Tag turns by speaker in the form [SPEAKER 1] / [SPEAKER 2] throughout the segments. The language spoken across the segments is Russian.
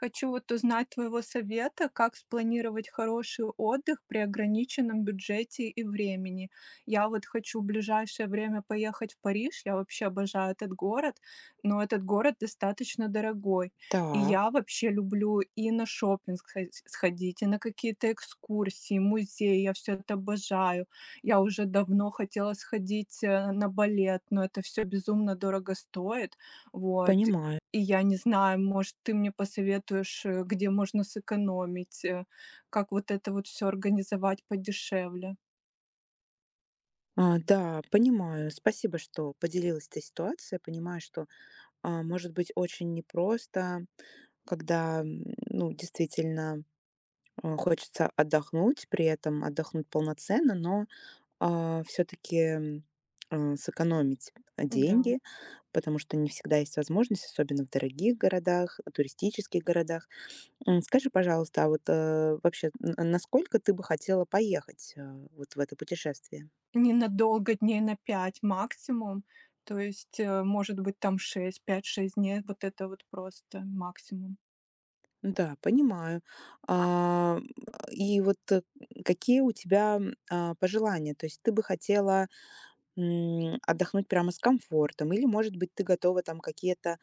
[SPEAKER 1] Хочу вот узнать твоего совета, как спланировать хороший отдых при ограниченном бюджете и времени. Я вот хочу в ближайшее время поехать в Париж, я вообще обожаю этот город, но этот город достаточно дорогой. И
[SPEAKER 2] Так,
[SPEAKER 1] я вообще люблю и на шопинг сходить, и на какие-то экскурсии, музеи, я все это обожаю. Я уже давно хотела сходить на балет, но это все безумно дорого стоит. Вот.
[SPEAKER 2] понимаю.
[SPEAKER 1] И я не знаю, может, ты мне посоветуешь, где можно сэкономить, как вот это вот все организовать подешевле.
[SPEAKER 2] Да, понимаю. Спасибо, что поделилась этой ситуацией. Понимаю, что может быть очень непросто, когда действительно, хочется отдохнуть, при этом отдохнуть полноценно, но, все таки сэкономить,
[SPEAKER 1] Да.
[SPEAKER 2] деньги, потому что не всегда есть возможность, особенно в дорогих городах, туристических городах. Скажи, пожалуйста, а вот, э, вообще, н насколько ты бы хотела поехать, вот в это путешествие?
[SPEAKER 1] Ненадолго, дней на 5 максимум. То есть, может быть, там 6, 5, 6 дней. Вот это вот просто максимум.
[SPEAKER 2] Да, понимаю. А, м, и вот, какие у тебя, пожелания? То есть ты бы хотела, отдохнуть прямо с комфортом или, может быть, ты готова там какие-то,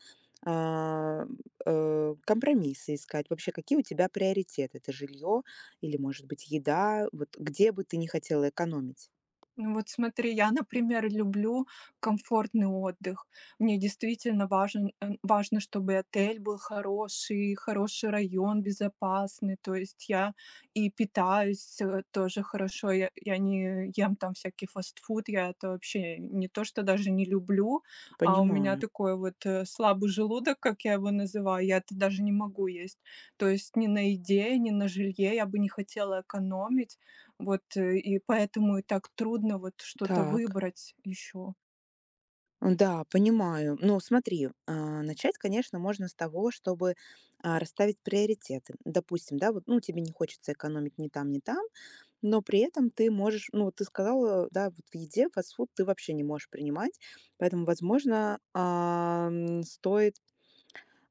[SPEAKER 2] а, компромиссы искать? Вообще, какие у тебя приоритеты? Это жилье или, может быть, еда? Вот где бы ты не хотела экономить?
[SPEAKER 1] Ну вот смотри, я, например, люблю комфортный отдых. Мне действительно важно, чтобы и отель был хороший, хороший район, безопасный. То есть я и питаюсь тоже хорошо. Я не ем там всякий фастфуд. Я это вообще не то, что даже не люблю, а у меня
[SPEAKER 2] Понимаю.
[SPEAKER 1] такой вот слабый желудок, как я его называю. Я это даже не могу есть. То есть ни на еде, ни на жилье я бы не хотела экономить вот, и поэтому и так трудно вот что-то
[SPEAKER 2] Так.
[SPEAKER 1] выбрать еще.
[SPEAKER 2] Да, понимаю. Ну, смотри, начать, конечно, можно с того, чтобы расставить приоритеты. Допустим, да, вот, ну, тебе не хочется экономить ни там, ни там, но при этом ты можешь, ну, вот ты сказала, да, вот в еде фастфуд ты вообще не можешь принимать, поэтому, возможно, стоит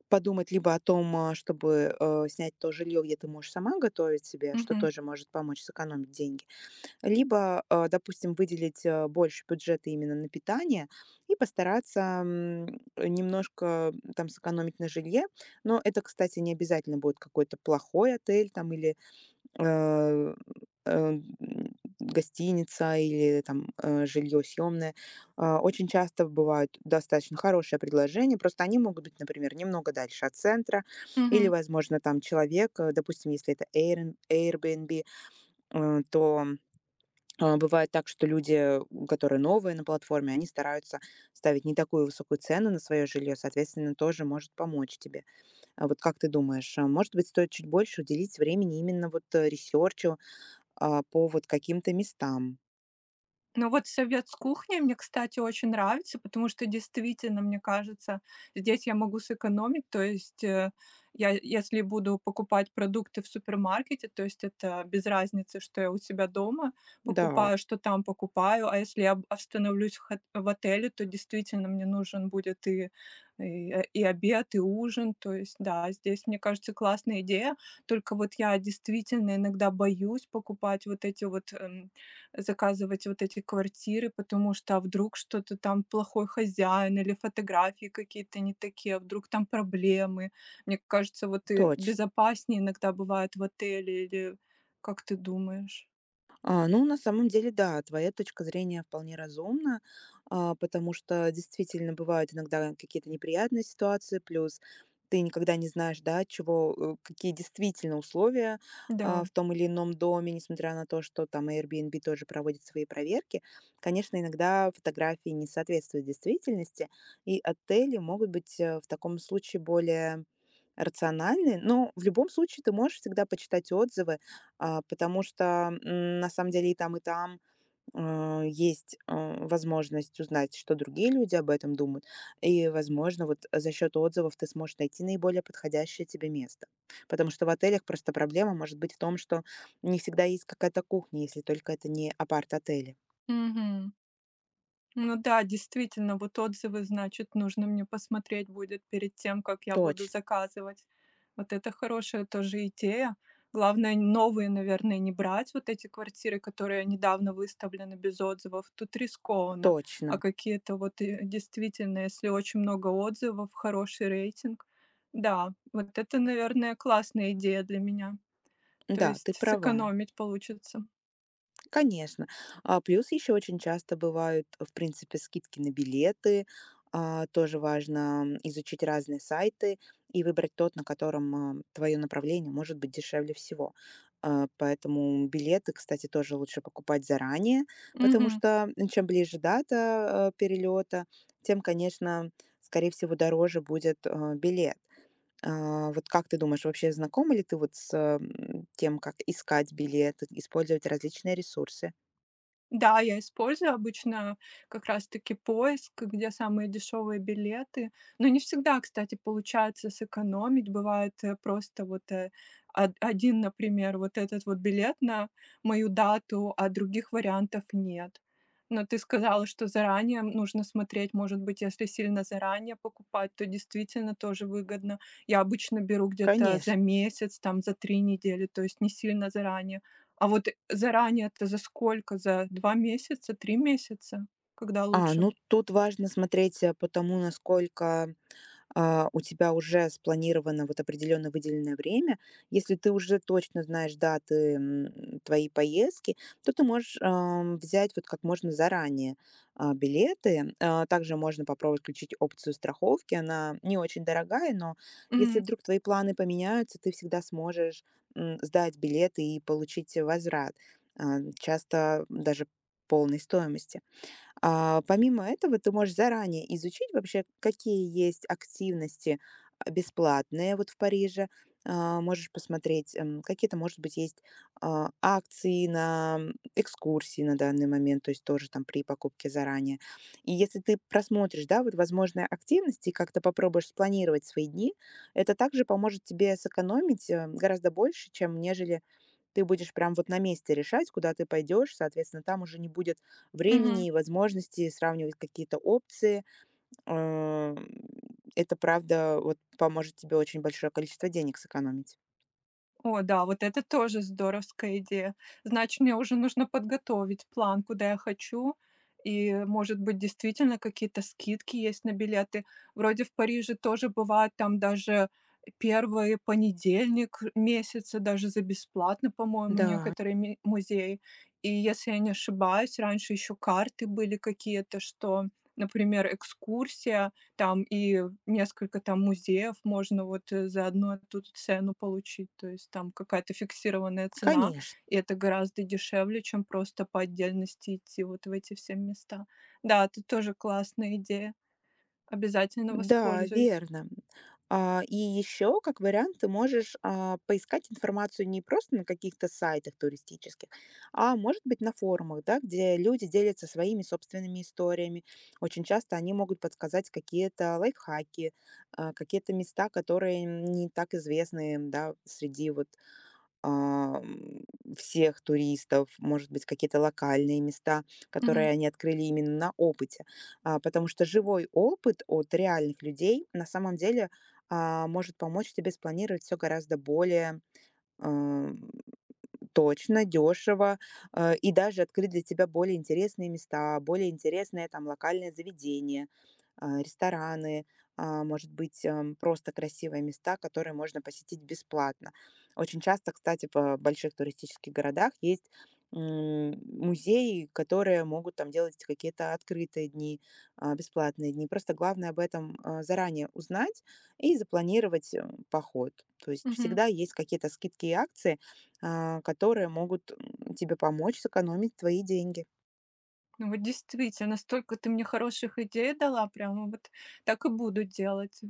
[SPEAKER 2] подумать либо о том, чтобы снять то жилье, где ты можешь сама готовить себе, что
[SPEAKER 1] Мгм.
[SPEAKER 2] тоже может помочь сэкономить деньги, либо, допустим, выделить, больше бюджета именно на питание и постараться, немножко, там сэкономить на жилье. Но это, кстати, не обязательно будет какой-то плохой отель там или, э, э, м, гостиница или там, жилье съемное. Очень часто бывают достаточно хорошие предложения, просто они могут быть, например, немного дальше от центра или,
[SPEAKER 1] Мгм.
[SPEAKER 2] возможно, там человек, допустим, если это Airbnb, то бывает так, что люди, которые новые на платформе, они стараются ставить не такую высокую цену на свое жилье, соответственно, тоже может помочь тебе. А вот как ты думаешь, может быть, стоит чуть больше уделить времени именно вот ресерчу по вот каким-то местам?
[SPEAKER 1] Ну вот совет с кухней мне, кстати, очень нравится, потому что действительно, мне кажется, здесь я могу сэкономить. То есть, я, если буду покупать продукты в супермаркете, то есть это без разницы, что я у себя дома
[SPEAKER 2] Да,
[SPEAKER 1] покупаю, что там покупаю. А если я остановлюсь в, в отеле, то действительно мне нужен будет и обед, и ужин. То есть, да, здесь, мне кажется, классная идея. Только вот я действительно иногда боюсь покупать вот эти заказывать вот эти квартиры, потому что, а вдруг что-то там плохой хозяин или фотографии какие-то не такие, а вдруг там проблемы. Мне кажется, вот и
[SPEAKER 2] точно.
[SPEAKER 1] безопаснее иногда бывает в отеле или как ты думаешь?
[SPEAKER 2] Ну, на самом деле, да, твоя точка зрения вполне разумна, потому что действительно бывают иногда какие-то неприятные ситуации, плюс ты никогда не знаешь, да, от чего, какие действительно условия
[SPEAKER 1] Да.
[SPEAKER 2] в том или ином доме, несмотря на то, что там Airbnb тоже проводит свои проверки. Конечно, иногда фотографии не соответствуют действительности, и отели могут быть в таком случае более рациональны, но в любом случае ты можешь всегда почитать отзывы, потому что на самом деле и там, есть возможность узнать, что другие люди об этом думают. И, возможно, вот за счет отзывов ты сможешь найти наиболее подходящее тебе место. Потому что в отелях просто проблема может быть в том, что не всегда есть какая-то кухня, если только это не апарт-отели.
[SPEAKER 1] Мгм. Ну да, действительно, вот отзывы, значит, нужно мне посмотреть будет перед тем, как я буду
[SPEAKER 2] Точно,
[SPEAKER 1] заказывать. Вот это хорошая тоже идея. Главное, новые, наверное, не брать вот эти квартиры, которые недавно выставлены без отзывов. Тут рискованно. А
[SPEAKER 2] точно.
[SPEAKER 1] какие-то вот действительно, если очень много отзывов, хороший рейтинг. Да, вот это, наверное, классная идея для меня. То
[SPEAKER 2] Да,
[SPEAKER 1] есть
[SPEAKER 2] ты права.
[SPEAKER 1] сэкономить получится.
[SPEAKER 2] Конечно. Плюс еще очень часто бывают, в принципе, скидки на билеты. Тоже важно изучить разные сайты и выбрать тот, на котором, твое направление может быть дешевле всего. Поэтому билеты, кстати, тоже лучше покупать заранее, потому
[SPEAKER 1] Мгм.
[SPEAKER 2] что, м, чем ближе дата перелета, тем, конечно, скорее всего, дороже будет билет. Вот как ты думаешь, вообще знакома ли ты вот с тем, как искать билеты, использовать различные ресурсы?
[SPEAKER 1] Да, я использую обычно как раз-таки поиск, где самые дешевые билеты. Но не всегда, кстати, получается сэкономить. Бывает просто вот один, например, вот этот вот билет на мою дату, а других вариантов нет. Но ты сказала, что заранее нужно смотреть, может быть, если сильно заранее покупать, то действительно тоже выгодно. Я обычно беру где-то за
[SPEAKER 2] Конечно.
[SPEAKER 1] месяц, там за 3 недели, то есть не сильно заранее. А вот заранее-то за сколько? За 2 месяца, 3 месяца? Когда лучше?
[SPEAKER 2] Ну тут важно смотреть по тому, насколько у тебя уже спланировано вот определенно выделенное время. Если ты уже точно знаешь даты твоей поездки, то ты можешь взять вот как можно заранее билеты. Также можно попробовать включить опцию страховки. Она не очень дорогая, но если
[SPEAKER 1] Мгм.
[SPEAKER 2] вдруг твои планы поменяются, ты всегда сможешь сдать билеты и получить возврат, часто даже полной стоимости. Помимо этого, ты можешь заранее изучить вообще, какие есть активности бесплатные вот в Париже. Можешь посмотреть, какие-то, может быть, есть акции на экскурсии на данный момент, то есть тоже там при покупке заранее. И если ты просмотришь, да, вот возможные активности и как-то попробуешь спланировать свои дни, это также поможет тебе сэкономить гораздо больше, чем нежели ты будешь прям вот на месте решать, куда ты пойдешь, соответственно, там уже не будет
[SPEAKER 1] Мгм.
[SPEAKER 2] времени и возможности сравнивать какие-то опции. Э, это правда вот поможет тебе очень большое количество денег сэкономить.
[SPEAKER 1] О да, вот это тоже здоровская идея. Значит, мне уже нужно подготовить план, куда я хочу. И, может быть, действительно какие-то скидки есть на билеты. Вроде в Париже тоже бывает там даже первый понедельник месяца, даже за бесплатно, по-моему,
[SPEAKER 2] Да.
[SPEAKER 1] некоторые музеи. И если я не ошибаюсь, раньше еще карты были какие-то, что, например, экскурсия там и несколько там музеев можно вот, за одну эту цену получить, то есть там какая-то фиксированная цена,
[SPEAKER 2] Конечно.
[SPEAKER 1] и это гораздо дешевле, чем просто по отдельности идти вот в эти все места. Да, это тоже классная идея, обязательно
[SPEAKER 2] Да,
[SPEAKER 1] воспользуюсь.
[SPEAKER 2] верно. И еще, как вариант, ты можешь поискать информацию не просто на каких-то сайтах туристических, а может быть на форумах, да, где люди делятся своими собственными историями. Очень часто они могут подсказать какие-то лайфхаки, какие-то места, которые не так известны, да, среди ам, всех туристов, может быть, какие-то локальные места,
[SPEAKER 1] Мгм.
[SPEAKER 2] которые они открыли именно на опыте. Потому что живой опыт от реальных людей на самом деле может помочь тебе спланировать все гораздо более, а, дешево, и даже открыть для тебя более интересные места, более интересные там локальные заведения, рестораны, может быть, просто красивые места, которые можно посетить бесплатно. Очень часто, кстати, в больших туристических городах есть м, музеи, которые могут там делать какие-то открытые дни, бесплатные дни. Просто главное об этом заранее узнать и запланировать поход. То есть
[SPEAKER 1] Мгм.
[SPEAKER 2] всегда есть какие-то скидки и акции, которые могут, тебе помочь сэкономить твои деньги.
[SPEAKER 1] Ну вот действительно, столько ты мне хороших идей дала, прямо вот так и буду делать.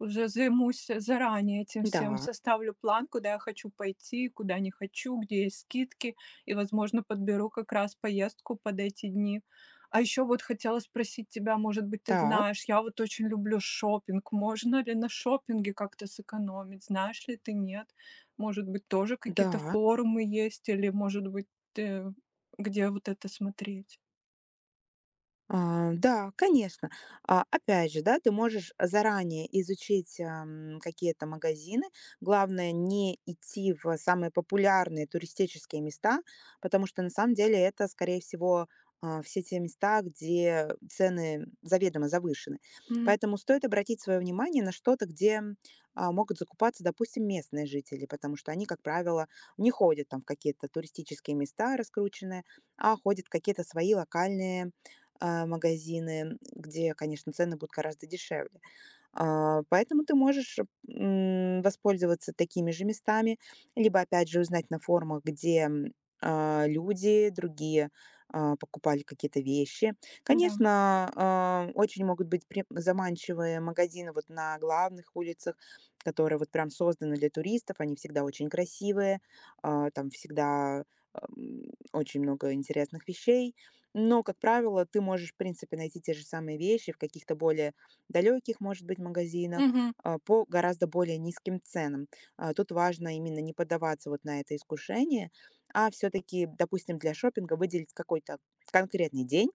[SPEAKER 1] Уже займусь заранее этим всем,
[SPEAKER 2] Да,
[SPEAKER 1] составлю план, куда я хочу пойти, куда не хочу, где есть скидки, и, возможно, подберу как раз поездку под эти дни. А еще вот хотела спросить тебя, может быть, ты
[SPEAKER 2] так,
[SPEAKER 1] знаешь, я вот очень люблю шопинг. Можно ли на шопинге как-то сэкономить? Знаешь ли ты, нет? Может быть, тоже какие-то
[SPEAKER 2] да.
[SPEAKER 1] форумы есть, или, может быть, ты- где вот это смотреть?
[SPEAKER 2] Да, конечно. Опять же, да, ты можешь заранее изучить какие-то магазины. Главное, не идти в самые популярные туристические места, потому что на самом деле это, скорее всего, все те места, где цены заведомо завышены.
[SPEAKER 1] Мгм.
[SPEAKER 2] Поэтому стоит обратить свое внимание на что-то, где могут закупаться, допустим, местные жители, потому что они, как правило, не ходят там в какие-то туристические места раскрученные, а ходят в какие-то свои локальные магазины, где, конечно, цены будут гораздо дешевле. Поэтому ты можешь воспользоваться такими же местами, либо опять же узнать на форумах, где люди другие, покупали какие-то вещи.
[SPEAKER 1] Да.
[SPEAKER 2] Конечно, очень могут быть пре заманчивые магазины вот на главных улицах, которые вот прям созданы для туристов. Они всегда очень красивые, там всегда, ам, очень много интересных вещей. Но, как правило, ты можешь, в принципе, найти те же самые вещи в каких-то более далеких, может быть, магазинах
[SPEAKER 1] Мгм.
[SPEAKER 2] по гораздо более низким ценам. Тут важно именно не поддаваться вот на это искушение, а все-таки, допустим, для шопинга выделить какой-то конкретный день,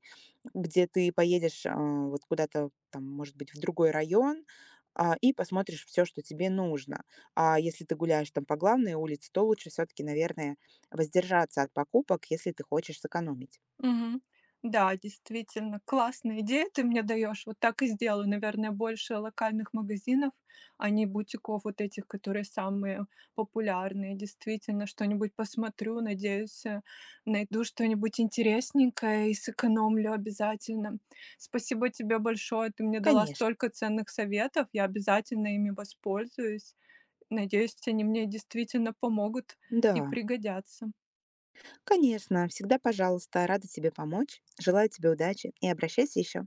[SPEAKER 2] где ты поедешь вот куда-то там, может быть, в другой район, и посмотришь все, что тебе нужно. А если ты гуляешь там по главной улице, то лучше все-таки, наверное, воздержаться от покупок, если ты хочешь сэкономить.
[SPEAKER 1] Мгм. Да, действительно, классная идея ты мне даешь. Вот так и сделаю. Наверное, больше локальных магазинов, а не бутиков вот этих, которые самые популярные. Действительно, что-нибудь посмотрю, надеюсь, найду что-нибудь интересненькое и сэкономлю обязательно. Спасибо тебе большое, ты мне дала
[SPEAKER 2] Конечно,
[SPEAKER 1] столько ценных советов, я обязательно ими воспользуюсь. Надеюсь, они мне действительно помогут и
[SPEAKER 2] да.
[SPEAKER 1] пригодятся.
[SPEAKER 2] Конечно, всегда пожалуйста, рада тебе помочь. Желаю тебе удачи и обращайся еще.